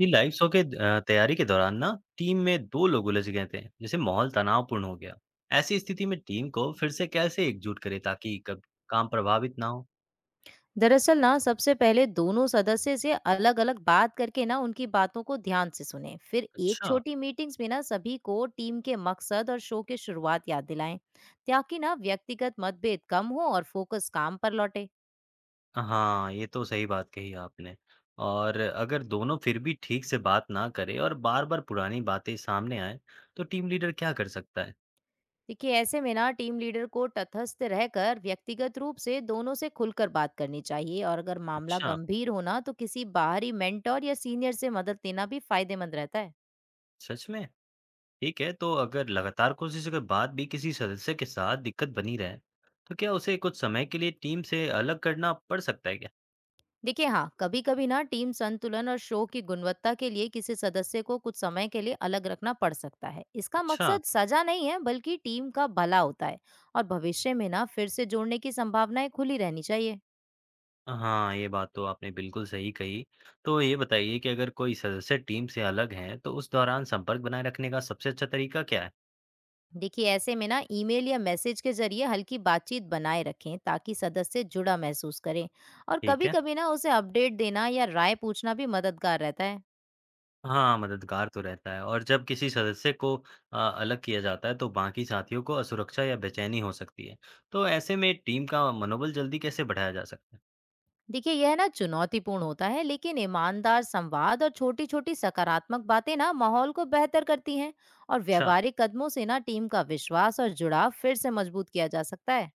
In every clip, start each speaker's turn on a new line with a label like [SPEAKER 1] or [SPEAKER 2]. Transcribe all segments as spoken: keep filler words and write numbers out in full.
[SPEAKER 1] जी, live show के अ, तैयारी के दौरान ना टीम में दो लोग उलझ गए थे, जैसे माहौल तनावपूर्ण हो गया। ऐसी स्थिति में टीम को फिर से कैसे एकजुट करें ताकि कब काम प्रभावित ना हो?
[SPEAKER 2] दरअसल ना सबसे पहले दोनों सदस्य से अलग अलग बात करके ना उनकी बातों को ध्यान से सुने। फिर एक
[SPEAKER 1] अच्छा,
[SPEAKER 2] छोटी मीटिंग्स में ना सभी को टीम के मकसद और शो की शुरुआत याद दिलाएं ताकि ना व्यक्तिगत मतभेद कम हो और फोकस काम पर लौटे।
[SPEAKER 1] हाँ, ये तो सही बात कही आपने। और अगर दोनों फिर भी ठीक से बात ना करें और बार-बार पुरानी बातें सामने आए, तो टीम लीडर क्या कर सकता है?
[SPEAKER 2] देखिए, ऐसे में ना टीम लीडर को तटस्थ रहकर व्यक्तिगत रूप से दोनों से खुलकर बात करनी चाहिए, और अगर मामला
[SPEAKER 1] अच्छा,
[SPEAKER 2] गंभीर होना तो किसी बाहरी मेंटोर या सीनियर से मदद लेना भी फायदेमंद रहता है।
[SPEAKER 1] सच में? ठीक है, तो अगर लगातार कोशिशों के बाद भी किसी सदस्य के साथ दिक्कत बनी रहे, तो क्या उसे कुछ समय के लिए टीम से अलग करना पड़ सकता है क्या?
[SPEAKER 2] देखिए, हाँ, कभी कभी ना टीम संतुलन और शो की गुणवत्ता के लिए किसी सदस्य को कुछ समय के लिए अलग रखना पड़ सकता है। इसका
[SPEAKER 1] अच्छा,
[SPEAKER 2] मकसद सजा नहीं है, बल्कि टीम का भला होता है। और भविष्य में ना फिर से जोड़ने की संभावनाएं खुली रहनी चाहिए।
[SPEAKER 1] हाँ, ये बात तो आपने बिल्कुल सही कही। तो ये बताइए कि अगर कोई सदस्य टीम से अलग हैं, तो उस दौरान संपर्क बनाए रखने का सबसे अच्छा तरीका क्या है?
[SPEAKER 2] देखिए, ऐसे में ना ईमेल या मैसेज के जरिए हल्की बातचीत बनाए रखें ताकि सदस्य जुड़ा महसूस करें। और
[SPEAKER 1] ठीक
[SPEAKER 2] कभी
[SPEAKER 1] है।
[SPEAKER 2] कभी ना उसे अपडेट देना या राय पूछना भी मददगार रहता है।
[SPEAKER 1] हाँ, मददगार तो रहता है और जब किसी सदस्य को अ, अलग किया जाता है, तो बाकी साथियों को असुरक्षा या बेचैनी हो सकती है। तो ऐसे में टीम का मनोबल जल्दी कैसे बढ़ाया जा सकता है?
[SPEAKER 2] देखिए, यह ना चुनौतीपूर्ण होता है, लेकिन ईमानदार संवाद और छोटी छोटी सकारात्मक बातें ना माहौल को बेहतर करती हैं। और
[SPEAKER 1] अच्छा।
[SPEAKER 2] व्यवहारिक कदमों से ना टीम का विश्वास और जुड़ाव फिर से मजबूत किया जा सकता है।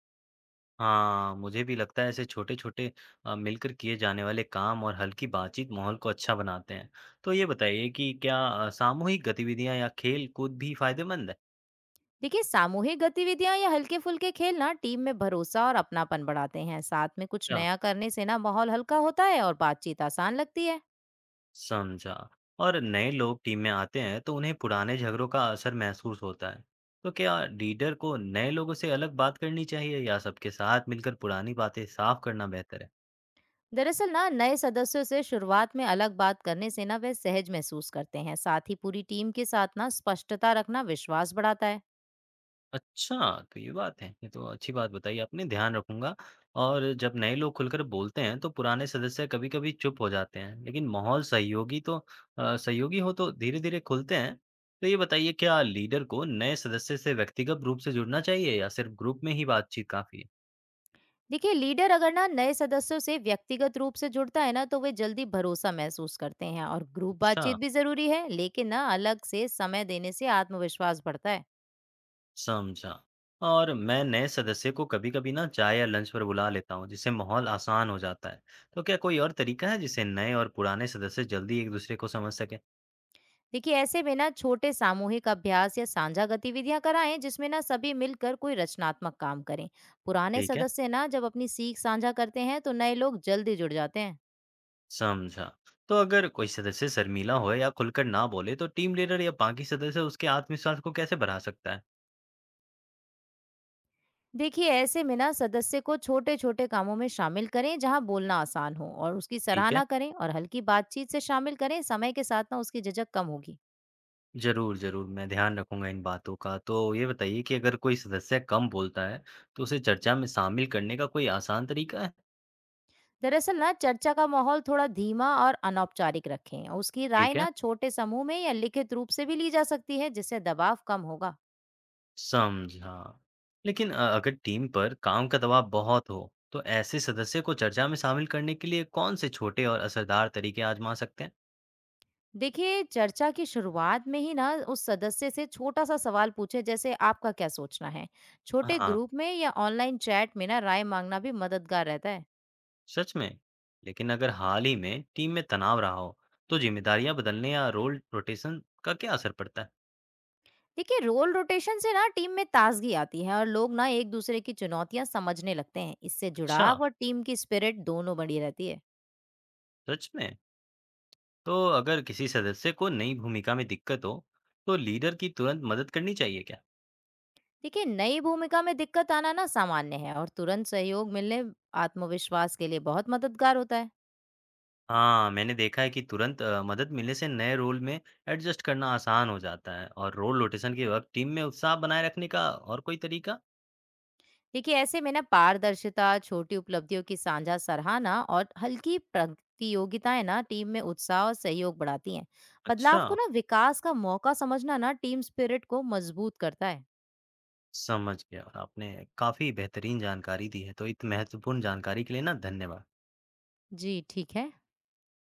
[SPEAKER 1] हाँ, मुझे भी लगता है ऐसे छोटे-छोटे अ, मिलकर किए जाने वाले काम और हल्की बातचीत माहौल को अच्छा बनाते हैं। तो ये बताइए कि क्या अ, सामूहिक गतिविधियाँ या खेल-कूद भी फ़ायदेमंद है?
[SPEAKER 2] देखिए, सामूहिक गतिविधियां या हल्के फुल्के खेल ना टीम में भरोसा और अपनापन बढ़ाते हैं। साथ में कुछ
[SPEAKER 1] अच्छा,
[SPEAKER 2] नया करने से ना माहौल हल्का होता है और बातचीत आसान लगती है।
[SPEAKER 1] समझा। और नए लोग टीम में आते हैं तो उन्हें पुराने झगड़ों का असर महसूस होता है। तो क्या लीडर को नए लोगों से अलग बात करनी चाहिए या सबके साथ मिलकर पुरानी बातें साफ करना बेहतर है?
[SPEAKER 2] दरअसल ना नए सदस्यों से शुरुआत में अलग बात करने से ना वे सहज महसूस करते हैं। साथ ही पूरी टीम के साथ ना स्पष्टता रखना विश्वास बढ़ाता है।
[SPEAKER 1] अच्छा, तो ये बात है। ये तो अच्छी बात बताई आपने, ध्यान रखूँगा और जब नए लोग खुलकर बोलते हैं, तो पुराने सदस्य कभी-कभी चुप हो जाते हैं, लेकिन माहौल सहयोगी तो अ, सहयोगी हो तो धीरे-धीरे खुलते हैं। तो ये बताइए क्या लीडर को नए सदस्य से व्यक्तिगत रूप से जुड़ना चाहिए या सिर्फ ग्रुप में ही बातचीत काफ़ी है?
[SPEAKER 2] देखिए, लीडर अगर ना नए सदस्यों से व्यक्तिगत रूप से जुड़ता है ना, तो वे जल्दी भरोसा महसूस करते हैं। और ग्रुप
[SPEAKER 1] अच्छा,
[SPEAKER 2] बातचीत भी जरूरी है, लेकिन ना अलग से समय देने से आत्मविश्वास बढ़ता है।
[SPEAKER 1] समझा। और मैं नए सदस्य को कभी-कभी ना चाय या लंच पर बुला लेता हूँ, जिससे माहौल आसान हो जाता है। तो क्या कोई और तरीका है जिससे नए और पुराने सदस्य जल्दी एक-दूसरे को समझ सकें?
[SPEAKER 2] देखिए, ऐसे में ना छोटे सामूहिक अभ्यास या साझा गतिविधियां कराएं जिसमें ना सभी मिलकर कोई रचनात्मक काम करें। पुराने
[SPEAKER 1] ठीक है।
[SPEAKER 2] सदस्य ना जब अपनी सीख साझा करते हैं, तो नए लोग जल्दी जुड़ जाते हैं।
[SPEAKER 1] समझा। तो अगर कोई सदस्य शर्मीला हो या खुलकर ना बोले तो टीम लीडर या बाकी सदस्य उसके आत्मविश्वास को कैसे बढ़ा सकता है?
[SPEAKER 2] देखिए, ऐसे में ना सदस्य को छोटे छोटे कामों में शामिल करें जहां बोलना आसान हो, और उसकी
[SPEAKER 1] ठीक है।
[SPEAKER 2] सराहना करें और हल्की बातचीत से शामिल करें। समय के साथ ना उसकी झिझक कम होगी।
[SPEAKER 1] ज़रूर, ज़रूर मैं ध्यान रखूँगा इन बातों का। तो ये बताइए कि अगर कोई सदस्य कम बोलता है तो उसे चर्चा में शामिल करने का कोई आसान तरीका है?
[SPEAKER 2] दरअसल ना चर्चा का माहौल थोड़ा धीमा और अनौपचारिक रखें, और उसकी राय
[SPEAKER 1] ठीक है।
[SPEAKER 2] ना छोटे समूह में या लिखित रूप से भी ली जा सकती है जिससे दबाव कम होगा।
[SPEAKER 1] समझा। लेकिन अ, अगर टीम पर काम का दबाव बहुत हो तो ऐसे सदस्य को चर्चा में शामिल करने के लिए कौन से छोटे और असरदार तरीके आजमा सकते हैं?
[SPEAKER 2] देखिए, चर्चा की शुरुआत में ही ना उस सदस्य से छोटा सा सवाल पूछे, जैसे आपका क्या सोचना है। छोटे
[SPEAKER 1] हाँ।
[SPEAKER 2] ग्रुप में या ऑनलाइन चैट में ना राय मांगना भी मददगार रहता है।
[SPEAKER 1] सच में। लेकिन अगर हाल ही में टीम में तनाव रहा हो तो जिम्मेदारियां बदलने या रोल रोटेशन का क्या असर पड़ता है।
[SPEAKER 2] देखिए, रोल रोटेशन से ना टीम में ताजगी आती है और लोग ना एक दूसरे की चुनौतियां समझने लगते हैं। इससे
[SPEAKER 1] अच्छा।
[SPEAKER 2] जुड़ाव और टीम की स्पिरिट दोनों बनी रहती है।
[SPEAKER 1] सच में। तो अगर किसी सदस्य को नई भूमिका में दिक्कत हो तो लीडर की तुरंत मदद करनी चाहिए क्या।
[SPEAKER 2] देखिए, नई भूमिका में दिक्कत आना ना सामान्य है, और तुरंत सहयोग मिलने आत्मविश्वास के लिए बहुत मददगार होता है।
[SPEAKER 1] हाँ, मैंने देखा है कि तुरंत अ, मदद मिलने से नए रोल में एडजस्ट करना आसान हो जाता है। और रोल रोटेशन के वक्त टीम में उत्साह बनाए रखने का और कोई तरीका?
[SPEAKER 2] देखिए, ऐसे में ना पारदर्शिता, छोटी उपलब्धियों की साझा सराहना और हल्की प्रतियोगिताएं ना टीम में उत्साह और सहयोग बढ़ाती हैं। बदलाव
[SPEAKER 1] अच्छा।
[SPEAKER 2] को ना विकास का मौका समझना ना टीम स्पिरिट को मजबूत करता है।
[SPEAKER 1] समझ गया। और आपने काफी बेहतरीन जानकारी दी है, तो इतनी महत्वपूर्ण जानकारी के लिए ना धन्यवाद।
[SPEAKER 2] जी ठीक है।